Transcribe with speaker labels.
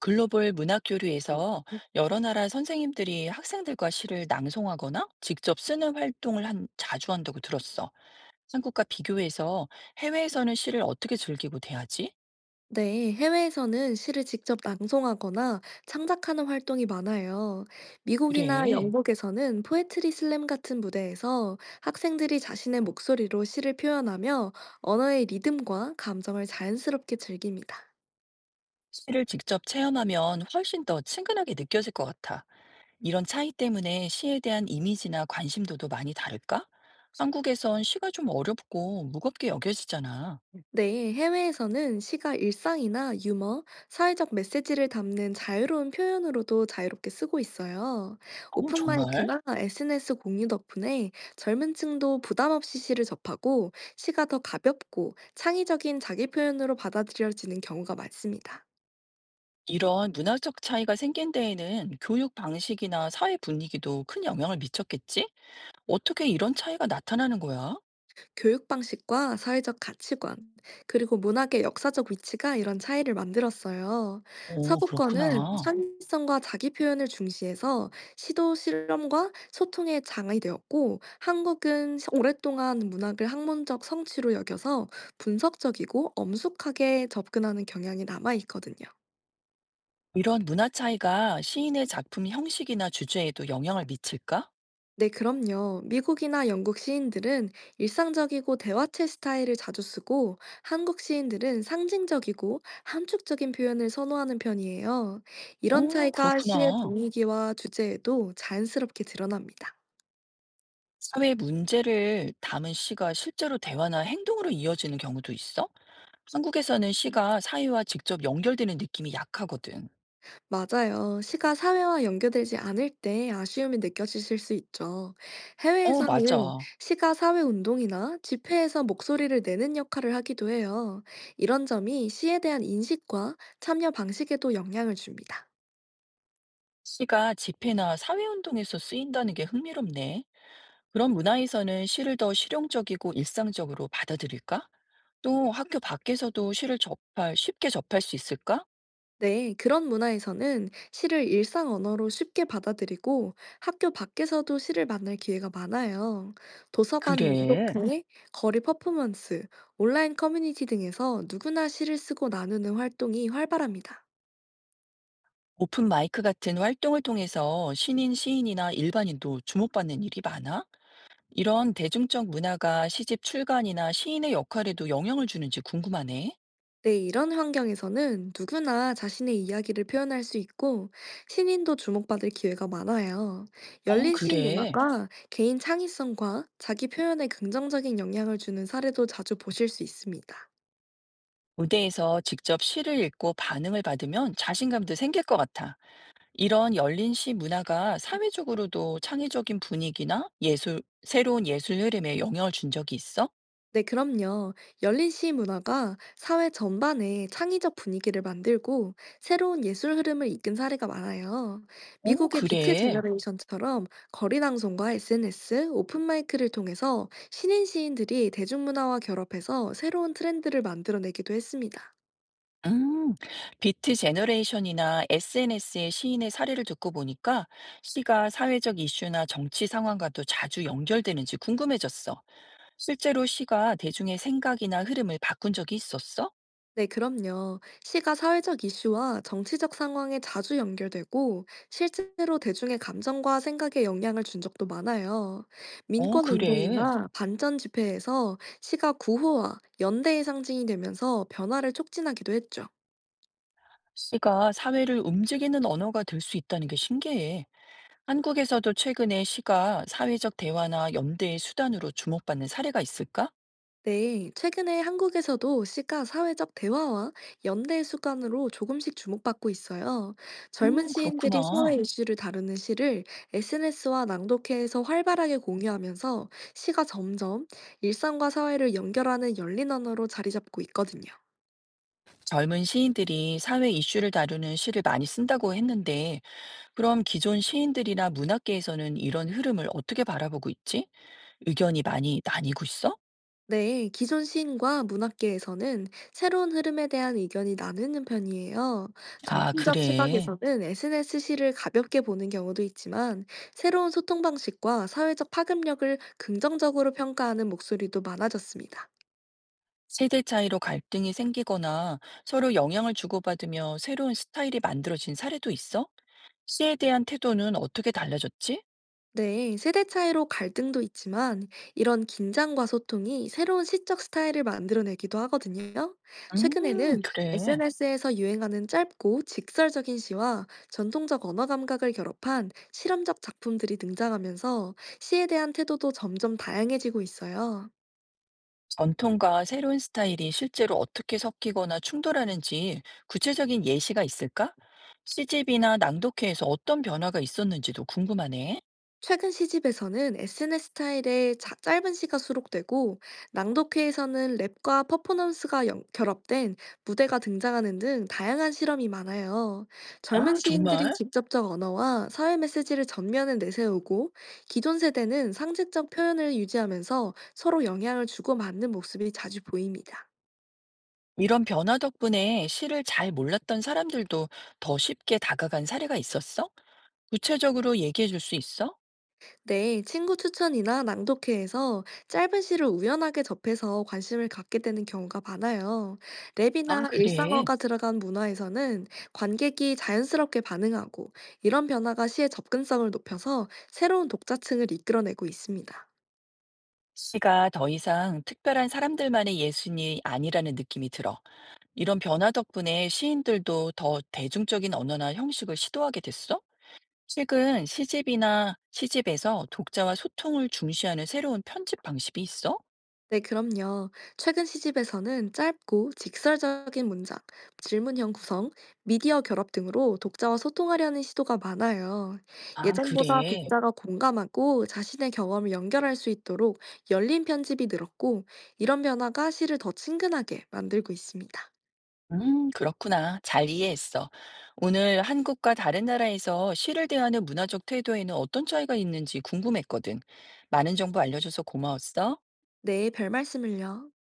Speaker 1: 글로벌 문학 교류에서 여러 나라 선생님들이 학생들과 시를 낭송하거나 직접 쓰는 활동을 자주 한다고 들었어. 한국과 비교해서 해외에서는 시를 어떻게 즐기고 대하지?
Speaker 2: 네, 해외에서는 시를 직접 낭송하거나 창작하는 활동이 많아요. 미국이나
Speaker 1: 그래.
Speaker 2: 영국에서는 포에트리 슬램 같은 무대에서 학생들이 자신의 목소리로 시를 표현하며 언어의 리듬과 감정을 자연스럽게 즐깁니다.
Speaker 1: 시를 직접 체험하면 훨씬 더 친근하게 느껴질 것 같아. 이런 차이 때문에 시에 대한 이미지나 관심도도 많이 다를까? 한국에선 시가 좀 어렵고 무겁게 여겨지잖아.
Speaker 2: 네, 해외에서는 시가 일상이나 유머, 사회적 메시지를 담는 자유로운 표현으로도 자유롭게 쓰고 있어요.
Speaker 1: 어, 정말?
Speaker 2: 오픈마이크나 SNS 공유 덕분에 젊은 층도 부담 없이 시를 접하고 시가 더 가볍고 창의적인 자기 표현으로 받아들여지는 경우가 많습니다.
Speaker 1: 이런 문화적 차이가 생긴 데에는 교육 방식이나 사회 분위기도 큰 영향을 미쳤겠지? 어떻게 이런 차이가 나타나는 거야?
Speaker 2: 교육 방식과 사회적 가치관, 그리고 문학의 역사적 위치가 이런 차이를 만들었어요.
Speaker 1: 어,
Speaker 2: 서구권은
Speaker 1: 그렇구나.
Speaker 2: 창의성과 자기 표현을 중시해서 시도 실험과 소통의 장이 되었고, 한국은 오랫동안 문학을 학문적 성취로 여겨서 분석적이고 엄숙하게 접근하는 경향이 남아 있거든요.
Speaker 1: 이런 문화 차이가 시인의 작품 형식이나 주제에도 영향을 미칠까?
Speaker 2: 네, 그럼요. 미국이나 영국 시인들은 일상적이고 대화체 스타일을 자주 쓰고, 한국 시인들은 상징적이고 함축적인 표현을 선호하는 편이에요. 이런
Speaker 1: 어,
Speaker 2: 차이가 시의
Speaker 1: 그렇구나.
Speaker 2: 분위기와 주제에도 자연스럽게 드러납니다.
Speaker 1: 사회 문제를 담은 시가 실제로 대화나 행동으로 이어지는 경우도 있어? 한국에서는 시가 사회와 직접 연결되는 느낌이 약하거든.
Speaker 2: 맞아요. 시가 사회와 연결되지 않을 때 아쉬움이 느껴지실 수 있죠.
Speaker 1: 어,
Speaker 2: 해외에서는
Speaker 1: 맞아.
Speaker 2: 시가 사회 운동이나 집회에서 목소리를 내는 역할을 하기도 해요. 이런 점이 시에 대한 인식과 참여 방식에도 영향을 줍니다.
Speaker 1: 시가 집회나 사회운동에서 쓰인다는 게 흥미롭네. 그런 문화에서는 시를 더 실용적이고 일상적으로 받아들일까? 또 학교 밖에서도 시를 쉽게 접할 수 있을까?
Speaker 2: 네, 그런 문화에서는 시를 일상 언어로 쉽게 받아들이고 학교 밖에서도 시를 만날 기회가 많아요. 도서관
Speaker 1: 그래.
Speaker 2: 낭독회, 거리 퍼포먼스, 온라인 커뮤니티 등에서 누구나 시를 쓰고 나누는 활동이 활발합니다.
Speaker 1: 오픈 마이크 같은 활동을 통해서 신인 시인이나 일반인도 주목받는 일이 많아? 이런 대중적 문화가 시집 출간이나 시인의 역할에도 영향을 주는지 궁금하네.
Speaker 2: 네, 이런 환경에서는 누구나 자신의 이야기를 표현할 수 있고 신인도 주목받을 기회가 많아요.
Speaker 1: 어,
Speaker 2: 열린 시
Speaker 1: 그래.
Speaker 2: 문화가 개인 창의성과 자기 표현에 긍정적인 영향을 주는 사례도 자주 보실 수 있습니다.
Speaker 1: 무대에서 직접 시를 읽고 반응을 받으면 자신감도 생길 것 같아. 이런 열린 시 문화가 사회적으로도 창의적인 분위기나 예술, 새로운 예술 흐름에 영향을 준 적이 있어?
Speaker 2: 네, 그럼요. 열린 시위 문화가 사회 전반에 창의적 분위기를 만들고 새로운 예술 흐름을 이끈 사례가 많아요.
Speaker 1: 어,
Speaker 2: 미국의 비트
Speaker 1: 그래.
Speaker 2: 제너레이션처럼 거리 방송과 SNS, 오픈마이크를 통해서 신인 시인들이 대중문화와 결합해서 새로운 트렌드를 만들어내기도 했습니다.
Speaker 1: 음, 비트 제너레이션이나 SNS의 시인의 사례를 듣고 보니까 시가 사회적 이슈나 정치 상황과도 자주 연결되는지 궁금해졌어. 실제로 시가 대중의 생각이나 흐름을 바꾼 적이 있었어?
Speaker 2: 네, 그럼요. 시가 사회적 이슈와 정치적 상황에 자주 연결되고 실제로 대중의 감정과 생각에 영향을 준 적도 많아요.
Speaker 1: 어, 그래.
Speaker 2: 민권운동이나 반전 집회에서 시가 구호와 연대의 상징이 되면서 변화를 촉진하기도 했죠.
Speaker 1: 시가 사회를 움직이는 언어가 될 수 있다는 게 신기해. 한국에서도 최근에 시가 사회적 대화나 연대의 수단으로 주목받는 사례가 있을까?
Speaker 2: 네, 최근에 한국에서도 시가 사회적 대화와 연대 수간으로 조금씩 주목받고 있어요. 젊은 시인들이 사회
Speaker 1: 그렇구나.
Speaker 2: 이슈를 다루는 시를 SNS와 낭독회에서 활발하게 공유하면서 시가 점점 일상과 사회를 연결하는 열린 언어로 자리 잡고 있거든요.
Speaker 1: 젊은 시인들이 사회 이슈를 다루는 시를 많이 쓴다고 했는데, 그럼 기존 시인들이나 문학계에서는 이런 흐름을 어떻게 바라보고 있지? 의견이 많이 나뉘고 있어?
Speaker 2: 네, 기존 시인과 문학계에서는 새로운 흐름에 대한 의견이 나누는 편이에요.
Speaker 1: 아,
Speaker 2: 정통적
Speaker 1: 그래.
Speaker 2: 시각에서는 SNS 시를 가볍게 보는 경우도 있지만, 새로운 소통 방식과 사회적 파급력을 긍정적으로 평가하는 목소리도 많아졌습니다.
Speaker 1: 세대 차이로 갈등이 생기거나 서로 영향을 주고받으며 새로운 스타일이 만들어진 사례도 있어? 시에 대한 태도는 어떻게 달라졌지?
Speaker 2: 네, 세대 차이로 갈등도 있지만 이런 긴장과 소통이 새로운 시적 스타일을 만들어내기도 하거든요. 최근에는
Speaker 1: 그래.
Speaker 2: SNS에서 유행하는 짧고 직설적인 시와 전통적 언어 감각을 결합한 실험적 작품들이 등장하면서 시에 대한 태도도 점점 다양해지고 있어요.
Speaker 1: 전통과 새로운 스타일이 실제로 어떻게 섞이거나 충돌하는지 구체적인 예시가 있을까? 시집이나 낭독회에서 어떤 변화가 있었는지도 궁금하네.
Speaker 2: 최근 시집에서는 SNS 스타일의 짧은 시가 수록되고 낭독회에서는 랩과 퍼포먼스가 결합된 무대가 등장하는 등 다양한 실험이 많아요. 젊은
Speaker 1: 아,
Speaker 2: 시인들이
Speaker 1: 정말?
Speaker 2: 직접적 언어와 사회 메시지를 전면에 내세우고 기존 세대는 상징적 표현을 유지하면서 서로 영향을 주고받는 모습이 자주 보입니다.
Speaker 1: 이런 변화 덕분에 시를 잘 몰랐던 사람들도 더 쉽게 다가간 사례가 있었어? 구체적으로 얘기해 줄 수 있어?
Speaker 2: 네, 친구 추천이나 낭독회에서 짧은 시를 우연하게 접해서 관심을 갖게 되는 경우가 많아요.
Speaker 1: 아,
Speaker 2: 랩이나
Speaker 1: 그래.
Speaker 2: 일상어가 들어간 문화에서는 관객이 자연스럽게 반응하고 이런 변화가 시의 접근성을 높여서 새로운 독자층을 이끌어내고 있습니다.
Speaker 1: 시가 더 이상 특별한 사람들만의 예술이 아니라는 느낌이 들어. 이런 변화 덕분에 시인들도 더 대중적인 언어나 형식을 시도하게 됐어? 최근 시집이나 시집에서 독자와 소통을 중시하는 새로운 편집 방식이 있어?
Speaker 2: 네, 그럼요. 최근 시집에서는 짧고 직설적인 문장, 질문형 구성, 미디어 결합 등으로 독자와 소통하려는 시도가 많아요.
Speaker 1: 아,
Speaker 2: 예전보다
Speaker 1: 그래.
Speaker 2: 독자가 공감하고 자신의 경험을 연결할 수 있도록 열린 편집이 늘었고, 이런 변화가 시를 더 친근하게 만들고 있습니다.
Speaker 1: 그렇구나. 잘 이해했어. 오늘 한국과 다른 나라에서 시를 대하는 문화적 태도에는 어떤 차이가 있는지 궁금했거든. 많은 정보 알려줘서 고마웠어.
Speaker 2: 네, 별 말씀을요.